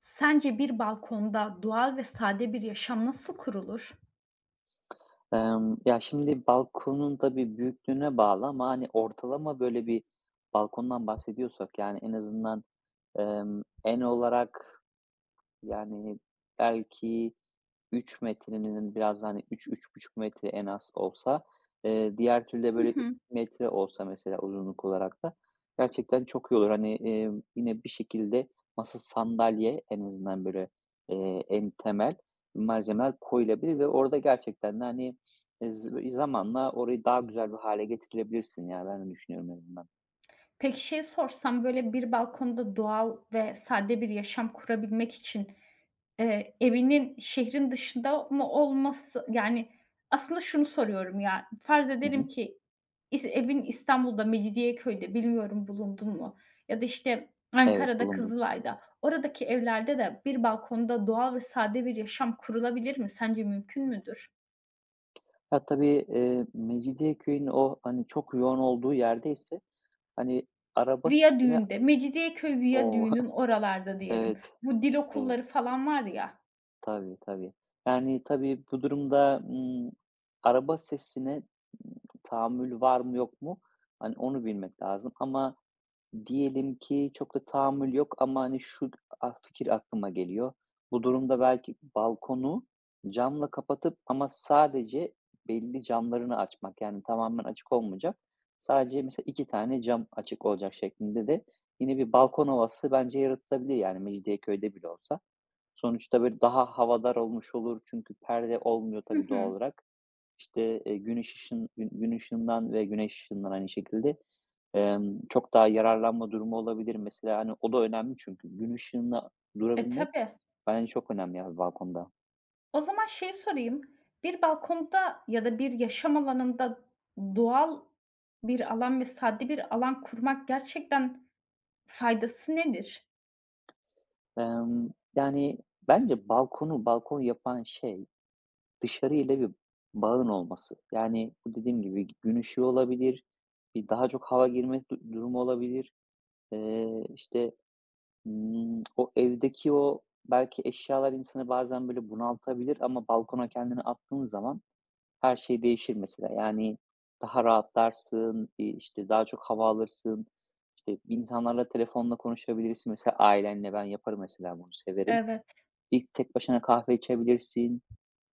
Sence bir balkonda doğal ve sade bir yaşam nasıl kurulur? Ya, şimdi balkonun tabii büyüklüğüne bağlı ama, hani, ortalama böyle bir balkondan bahsediyorsak, yani, en azından, en olarak, yani, belki 3 metrenin biraz da, hani, 3-3,5 metre en az olsa, diğer türlü de Hı böyle hı. metre olsa mesela uzunluk olarak da gerçekten çok iyi olur. Hani, yine bir şekilde masa, sandalye en azından böyle, en temel malzemeler koyulabilir ve orada gerçekten de, hani, z zamanla orayı daha güzel bir hâle getirebilirsin ya. Ben öyle düşünüyorum en azından. Peki şey sorsam, böyle, bir balkonda doğal ve sade bir yaşam kurabilmek için, evinin şehrin dışında mı olması? Yani, aslında şunu soruyorum ya, farz Hı edelim hı. ki evin İstanbul'da, Mecidiyeköy'de, bilmiyorum bulundun mu? Ya da, işte, Evet, Ankara'da, bulundum. Kızılay'da. Oradaki evlerde de bir balkonda doğal ve sade bir yaşam kurulabilir mi? Sence mümkün müdür? Ya, tabii, Mecidiyeköy'ün o, hani, çok yoğun olduğu yerdeyse, hani, araba sesini. Viyadüğünde, Mecidiyeköy O! Viyadüğü'nün oralarda diyelim. Evet, Bu dil evet. okulları falan var ya. Tabii, tabii. Yani, tabii bu durumda, araba sesine, ımm, tahammül var mı yok mu? Hani, onu bilmek lazım ama diyelim ki çok da tahammül yok ama, hani, şu fikir aklıma geliyor. Bu durumda belki balkonu camla kapatıp ama sadece belli camlarını açmak, yani, tamamen açık olmayacak. Sadece mesela 2 tane cam açık olacak şeklinde de yine bir balkon havası bence yaratılabilir, yani, Mecidiyeköy'de bile olsa. Sonuçta, böyle, daha havadar olmuş olur çünkü perde olmuyor Hı tabii doğal hı. olarak. İşte, gün ışığından ve güneş ışığından aynı şekilde, çok daha yararlanma durumu olabilir mesela. Hani, o da önemli çünkü gün ışığında E, durabilmek tabii. bence çok önemli abi balkonda. O zaman şey sorayım. Bir balkonda ya da bir yaşam alanında doğal bir alan ve sade bir alan kurmak gerçekten faydası nedir? Emm, yani, bence balkonu balkon yapan şey dışarı ile bir bağın olması. Yani, bu dediğim gibi gün ışığı olabilir, bir daha çok hava girme durumu olabilir. İşte, o evdeki belki eşyalar insanı bazen böyle bunaltabilir ama balkona kendini attığın zaman her şey değişir mesela. Yani daha rahatlarsın, işte, daha çok hava alırsın, işte, insanlarla telefonla konuşabilirsin. Mesela ailenle ben yaparım mesela bunu, severim. Evet. İlk tek başına kahve içebilirsin.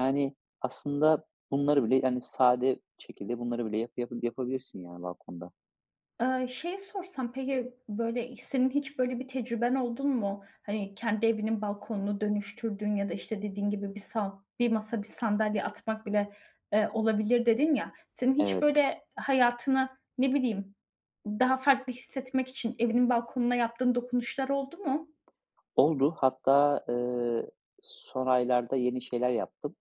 Yani aslında bunları bile, yani, sade şekilde bunları bile yapabilirsin yani balkonda. Şeyi sorsam peki, böyle, senin hiç böyle bir tecrüben oldun mu? Hani, kendi evinin balkonunu dönüştürdüğün ya da, işte, dediğin gibi bir sal, bir masa, bir sandalye atmak bile, olabilir dedin ya. Senin hiç Evet, böyle hayatını, ne bileyim, daha farklı hissetmek için evinin balkonuna yaptığın dokunuşlar oldu mu? oldu. Hatta, son aylarda yeni şeyler yaptım.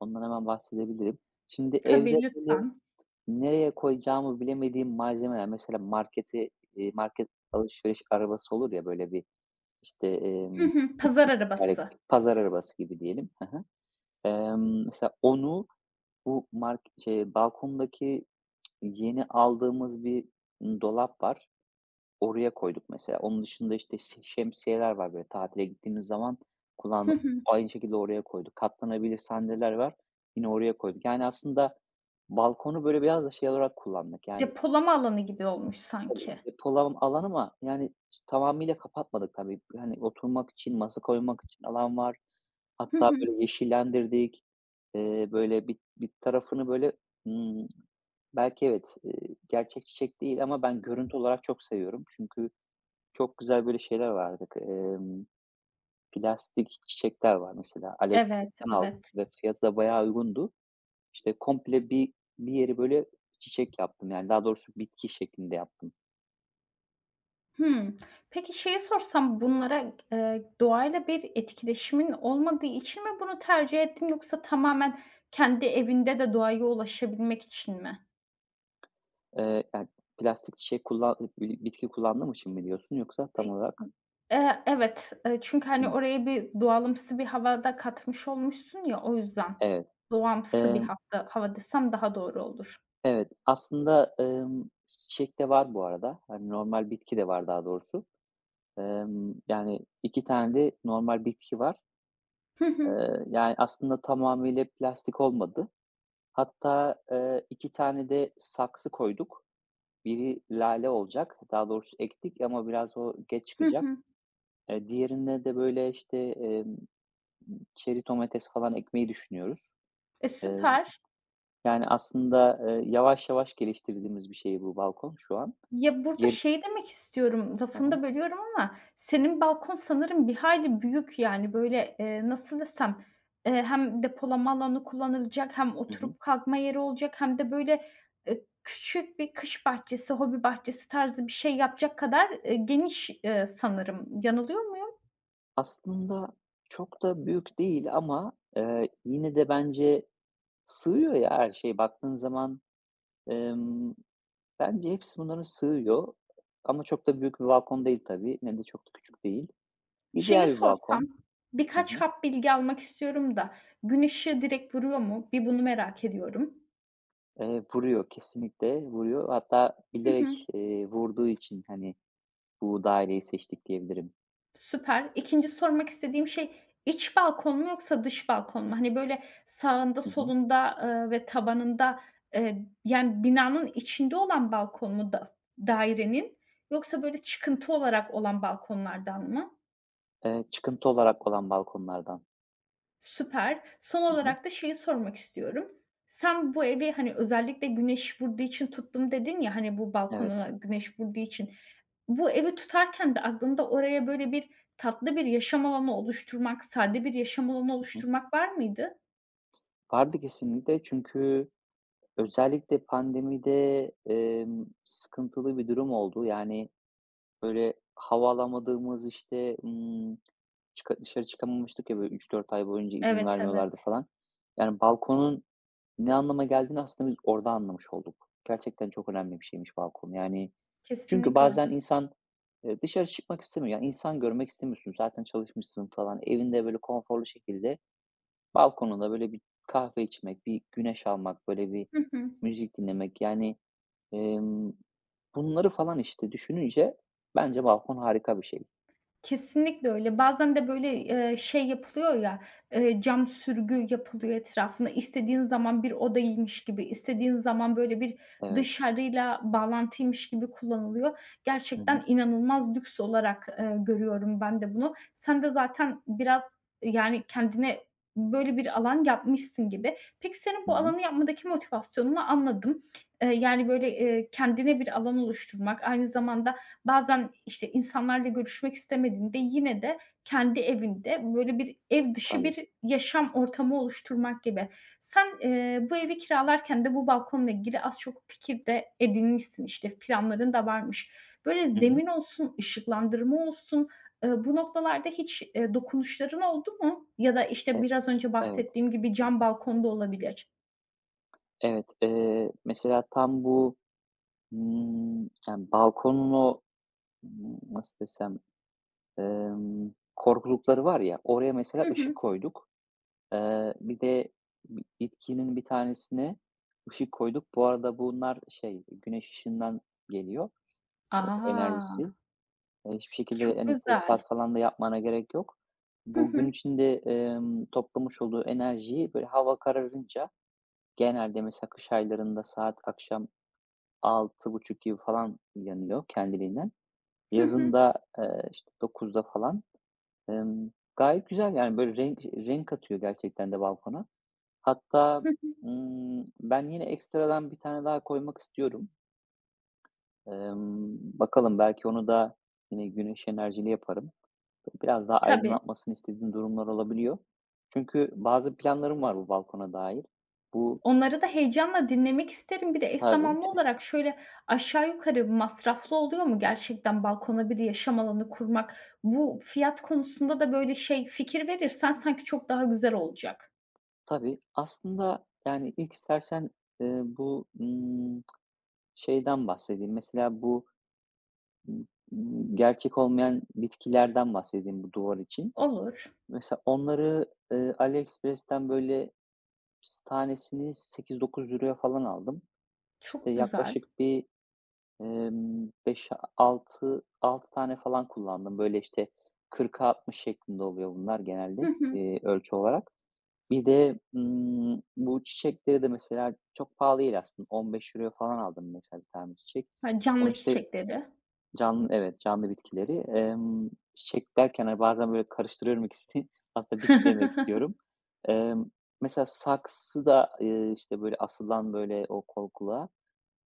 Ondan hemen bahsedebilirim. Şimdi evde, Tabii, böyle lütfen. nereye koyacağımı bilemediğim malzemeler, mesela markete, market alışveriş arabası olur ya, böyle bir, işte, Hı hı. Pazar 2 arabası. tekerlekli pazar arabası gibi diyelim. Hı hı. Mesela onu, balkondaki yeni aldığımız bir dolap var. Oraya koyduk mesela. Onun dışında, işte, şemsiyeler var böyle tatile gittiğimiz zaman Hı kullandığımız. hı. Aynı şekilde oraya koyduk. Katlanabilir sandalyeler var. Yine oraya koyduk. Yani aslında balkonu böyle biraz da şey olarak kullandık. Yani Depolama alanı gibi olmuş tabii, sanki. depolama ama yani tamamıyla kapatmadık tabii. Yani oturmak için, masa koymak için alan var. Hı Hatta hı. böyle yeşillendirdik. Böyle bir tarafını böyle, ımm, belki evet, gerçek çiçek değil ama ben görüntü olarak çok seviyorum. Çünkü çok güzel böyle şeyler vardı. Plastik çiçekler var mesela. Evet, AliExpress'ten aldım evet. ve fiyatı da bayağı uygundu. İşte komple bir yeri böyle çiçek yaptım. Yani daha doğrusu bitki şeklinde yaptım. Hımm. Peki şeyi sorsam bunlara, doğayla bir etkileşimin olmadığı için mi bunu tercih ettin yoksa tamamen kendi evinde de doğaya ulaşabilmek için mi? Yani, plastik şey kullan bi bitki kullandığım için mi diyorsun yoksa E tam olarak? Evet, çünkü, hani, Hımm, oraya bir doğalımsı bir hava da katmış olmuşsun ya, o yüzden. evet. Doğamsı bir, Emm, hatta hava desem daha doğru olur. evet, aslında, çiçek de var bu arada. Hani, normal bitki de var daha doğrusu. Yani 2 tane de normal bitki var. Hı hı. Yani aslında tamamıyla plastik olmadı. Hatta, 2 tane de saksı koyduk. Biri lale olacak. Daha doğrusu ektik ama biraz o geç Hı çıkacak. hı. Diğerine de böyle, işte, çeri domates falan ekmeyi düşünüyoruz. E, Eee, süper. yani, aslında, yavaş yavaş geliştirdiğimiz bir şey bu balkon şu an. Ya, burada Ger şey demek istiyorum, Hı lafını hı. da bölüyorum ama senin balkon sanırım bir hayli büyük, yani, böyle, nasıl desem, hem depolama alanı kullanılacak, hem Hı hı. oturup kalkma yeri olacak, hem de, böyle, küçük bir kış bahçesi, hobi bahçesi tarzı bir şey yapacak kadar, geniş, sanırım. Yanılıyor muyum? Aslında çok da büyük değil ama, yine de bence sığıyor ya her şey. Baktığın zaman, emm, bence hepsi bunların sığıyor ama çok da büyük bir balkon değil tabii, ne de çok da küçük değil. Şeyi İdeal bir sorsam, balkon. Hı birkaç hı. hap bilgi almak istiyorum da gün direkt vuruyor mu? Bir bunu merak ediyorum. Vuruyor, kesinlikle vuruyor. Hatta Hı hı. bilerek, vurduğu için, hani, bu daireyi seçtik diyebilirim. Süper. İkinci sormak istediğim şey, iç balkon mu yoksa dış balkon mu? Hani, böyle, sağında, Hı hı. solunda, ve tabanında, yani, binanın içinde olan balkon mu da dairenin, yoksa, böyle, çıkıntı olarak olan balkonlardan mı? Çıkıntı olarak olan balkonlardan. Süper. Son Hı hı. olarak da şeyi sormak istiyorum. Sen bu evi, hani, özellikle güneş vurduğu için tuttum dedin ya, hani, bu Evet. balkonuna güneş vurduğu için. Bu evi tutarken de aklında oraya böyle bir tatlı bir yaşam alanı oluşturmak, sade bir yaşam alanı Hı hı. oluşturmak var mıydı? Vardı kesinlikle çünkü özellikle pandemide, sıkıntılı bir durum oldu. Yani, böyle, hava alamadığımız, işte, dışarı çıkamamıştık ya, böyle, 3-4 ay boyunca izin Evet, vermiyorlardı evet. falan. Yani, balkonun ne anlama geldiğini aslında biz orada anlamış olduk. Gerçekten çok önemli bir şeymiş balkon. Yani çünkü Kesinlikle. bazen insan, dışarı çıkmak istemiyor. Yani, insan görmek istemiyorsun. Zaten çalışmışsın falan. Evinde böyle konforlu şekilde balkonunda böyle bir kahve içmek, bir güneş almak, böyle bir Hı hı. müzik dinlemek. Yani, emm, bunları falan, işte, düşününce bence balkon harika bir şey. Kesinlikle öyle. Bazen de böyle, şey yapılıyor ya, cam sürgü yapılıyor etrafına. İstediğin zaman bir odaymış gibi, istediğin zaman böyle bir Evet. dışarıyla bağlantıymış gibi kullanılıyor. Hı hı. Gerçekten inanılmaz lüks olarak, görüyorum ben de bunu. Sen de zaten biraz, yani, kendine böyle bir alan yapmışsın gibi. Peki, senin Hı bu hı. alanı yapmadaki motivasyonunu anladım. Yani, böyle, kendine bir alan oluşturmak, aynı zamanda bazen, işte, insanlarla görüşmek istemediğinde yine de kendi evinde, böyle, bir ev dışı Tabii. bir yaşam ortamı oluşturmak gibi. Sen, bu evi kiralarken de bu balkonla ilgili az çok fikir de edinmişsin, işte, planların da varmış. Böyle Hı hı. zemin olsun, ışıklandırma olsun, bu noktalarda hiç, dokunuşların oldu mu? Ya da, işte, E biraz önce evet. bahsettiğim gibi Hı cam hı. balkonda olabilir. Evet. Mesela tam bu, yani, balkonun o, nasıl desem, korkulukları var ya, oraya mesela Hı ışık hı. koyduk. Bir de bitkinin bir tanesine ışık koyduk. Bu arada bunlar şey, güneş ışığından geliyor A! enerjisi. Hiçbir şekilde, Çok hani, güzel. tesisat falan da yapmana gerek yok. Hı Bu gün hı. içinde, toplamış olduğu enerjiyi, böyle, hava kararınca genelde mesela kış aylarında saat akşam 6.30 gibi falan yanıyor kendiliğinden. Hı hı. Yazında, işte 9'da falan, emm, gayet güzel yani böyle renk renk katıyor gerçekten de balkona. Hatta, Hı hı. Ben yine ekstradan bir tane daha koymak istiyorum. Bakalım belki onu da yine güneş enerjili yaparım. Biraz daha Tabii. aydınlatmasını istediğim durumlar olabiliyor. Çünkü bazı planlarım var bu balkona dair. Bu Onları da heyecanla dinlemek isterim. Bir de eş Tabii, zamanlı olarak şöyle aşağı yukarı masraflı oluyor mu gerçekten balkona bir yaşam alanı kurmak? Bu fiyat konusunda da böyle şey fikir verirsen sanki çok daha güzel olacak. tabii. Aslında yani ilk istersen, bu, şeyden bahsedeyim. Mesela bu, gerçek olmayan bitkilerden bahsedeyim bu duvar için. Olur. Mesela onları, AliExpress'ten böyle tanesini €8-9'ya falan aldım. İşte Çok güzel. yaklaşık bir, 6 tane falan kullandım. Böyle işte 40'a 60 şeklinde oluyor bunlar Hı genelde, hı. Ölçü olarak. Bir de, bu çiçekleri de mesela çok pahalı değil aslında. €15 falan aldım mesela bir tane çiçek. Ha, canlı Onu işte çiçekleri. canlı, evet, canlı bitkileri. Çiçek derken, hani, bazen böyle karıştırıyorum ikisini. Aslında bitki demek istiyorum. Emm, mesela saksı da, işte, böyle asılan, böyle, o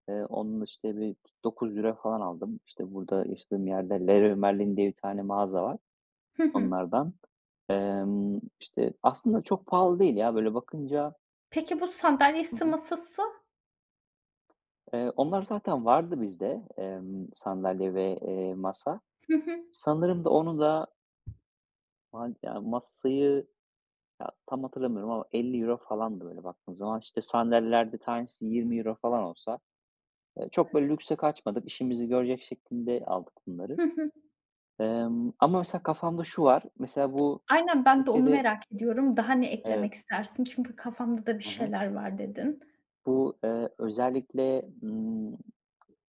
onun, işte, 9 lira falan aldım. İşte, burada yaşadığım yerde Leroy Merlin diye bir tane mağaza var Hı hı. onlardan. İşte, aslında çok pahalı değil ya böyle bakınca. Peki bu Hı sandalyesi, hı. masası? Onlar zaten vardı bizde, sandalye ve, masa. Hı hı. Sanırım da onu da masayı ya, tam hatırlamıyorum ama €50 falandı böyle baktığım zaman. İşte, sandalyelerde tanesi 20 euro falan olsa, çok böyle lükse kaçmadık, işimizi görecek şeklinde aldık bunları. Hı hı. Ama mesela kafamda şu var, mesela bu Aynen, ben de onu Türkiye'de merak ediyorum. Daha ne evet, eklemek istersin? Çünkü kafamda da bir hı şeyler var dedin. bu, özellikle,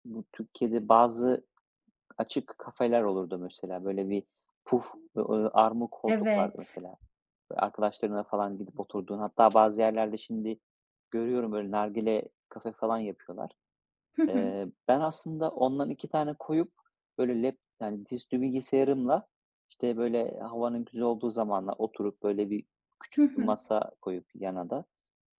bu Türkiye'de bazı açık kafeler olurdu mesela. Böyle bir puf, armuk koltuk vardı Evet. mesela. Böyle arkadaşlarınla falan gidip oturduğun, hatta bazı yerlerde şimdi görüyorum böyle nargile kafe falan yapıyorlar. Hı hı. Ben aslında ondan 2 tane koyup, böyle, yani, dizüstü bilgisayarımla, işte, böyle, havanın güzel olduğu zamanlar oturup, böyle, bir Hı küçük bir hı. masa koyup yana da,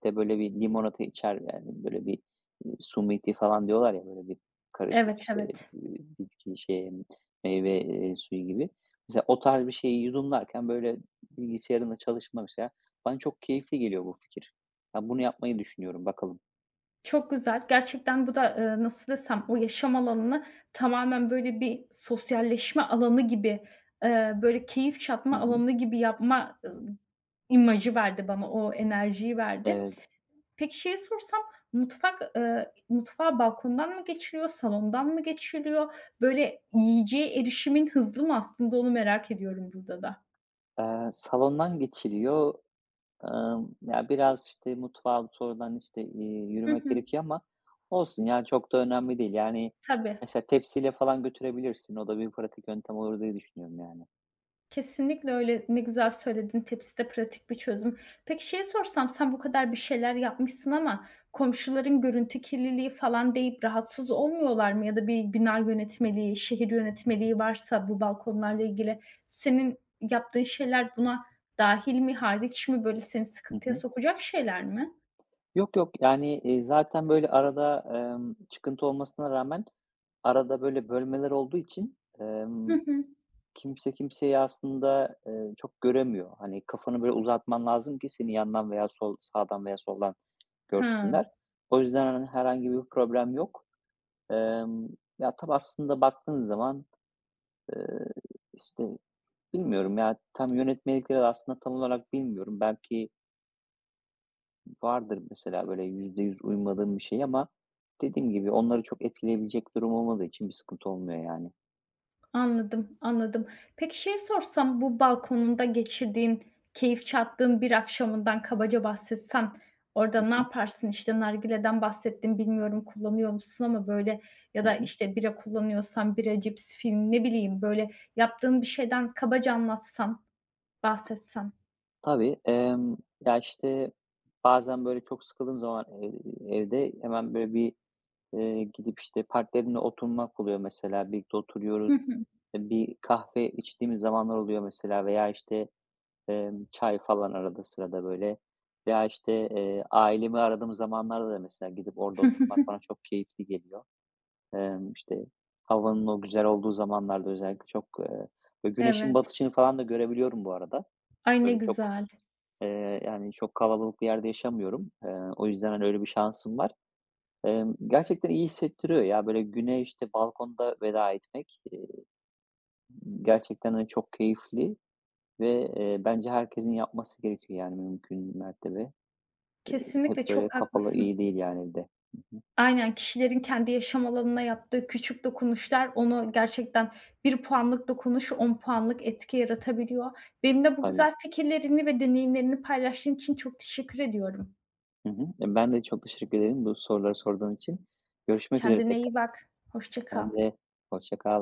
bir böyle, bir limonata içer, yani, böyle, bir, smoothie falan diyorlar ya, böyle, bir karışık, Evet, işte, evet. eee, bitki, şey, meyve, suyu gibi. Mesela o tarz bir şeyi yudumlarken, böyle, bilgisayarımla çalışma mesela bana çok keyifli geliyor bu fikir. Ben bunu yapmayı düşünüyorum, bakalım. Çok güzel. Gerçekten bu da, nasıl desem, o yaşam alanını tamamen böyle bir sosyalleşme alanı gibi, böyle keyif Hı çatma hı. alanı gibi yapma, imajı verdi bana, o enerjiyi verdi. Evet. Peki şeyi sorsam, mutfak, mutfağı balkondan mı geçiliyor, salondan mı geçiliyor? Böyle yiyeceğe erişimin hızlı mı, aslında onu merak ediyorum burada da. Salondan geçiliyor. Ya, biraz, işte, mutfağa sonradan, işte, Hı yürümek hı. gerekiyor ama olsun ya, çok da önemli değil. Yani, Tabii. mesela tepsiyle falan götürebilirsin. O da bir pratik yöntem olur diye düşünüyorum yani. Kesinlikle öyle. Ne güzel söyledin. Tepsi de pratik bir çözüm. Peki şey sorsam, sen bu kadar bir şeyler yapmışsın ama komşuların görüntü kirliliği falan deyip rahatsız olmuyorlar mı? Ya da bir bina yönetmeliği, şehir yönetmeliği varsa bu balkonlarla ilgili senin yaptığın şeyler buna dahil mi, hariç mi? Böyle seni Hı sıkıntıya hı. sokacak şeyler mi? Yok, yok, yani, zaten, böyle, arada, çıkıntı olmasına rağmen arada, böyle, bölmeler olduğu için, Hı hı. kimse kimseyi aslında, çok göremiyor. Hani, kafanı böyle uzatman lazım ki seni yandan veya sağdan veya soldan Hıı. görsünler. O yüzden, hani, herhangi bir problem yok. Emm, ya, tabii aslında baktığın zaman, eee, işte, bilmiyorum ya, tam yönetmelikleri de aslında tam olarak bilmiyorum. Belki vardır mesela böyle %100 uymadığım bir şey ama dediğim gibi onları çok etkileyebilecek durum olmadığı için bir sıkıntı olmuyor yani. Anladım, anladım. Peki şey sorsam, bu balkonunda geçirdiğin, keyif çattığın bir akşamından kabaca bahsetsen, orada Hı ne hı. yaparsın? İşte nargileden bahsettin, bilmiyorum kullanıyor musun ama böyle, ya Hı da hı. işte bira kullanıyorsan bira, cips, film, ne bileyim, böyle yaptığın bir şeyden kabaca anlatsan, bahsetsen. Tabii, ya, işte, bazen böyle çok sıkıldığım zaman evde hemen böyle bir, gidip, işte, partnerimle oturmak oluyor mesela. Birlikte Hı oturuyoruz. hı. Bir kahve içtiğimiz zamanlar oluyor mesela veya, işte, çay falan arada sırada, böyle, veya, işte, ailemi aradığım zamanlarda da mesela gidip orada oturmak bana çok keyifli geliyor. İşte, havanın o güzel olduğu zamanlarda özellikle çok, böyle, güneşin Evet. batışını falan da görebiliyorum bu arada. Ay, ne Böyle, çok, güzel. Yani, çok kalabalık bir yerde yaşamıyorum. O yüzden, hani, öyle bir şansım var. Gerçekten iyi hissettiriyor ya, böyle, güne, işte, balkonda veda etmek, gerçekten, hani, çok keyifli. Ve, bence herkesin yapması gerekiyor yani mümkün mertebe. Kesinlikle Hep böyle çok kafalar haklısın. iyi değil yani evde. Hı hı. Aynen, kişilerin kendi yaşam alanına yaptığı küçük dokunuşlar, onu gerçekten bir puanlık dokunuş 10 puanlık etki yaratabiliyor. Benimle bu Tabii. güzel fikirlerini ve deneyimlerini paylaştığın için çok teşekkür ediyorum. Hı hı. Ya, ben de çok teşekkür ederim bu soruları sorduğun için. Görüşmek üzere Kendine tekrar. iyi bak. Hoşça Ben kal. de hoşça kal.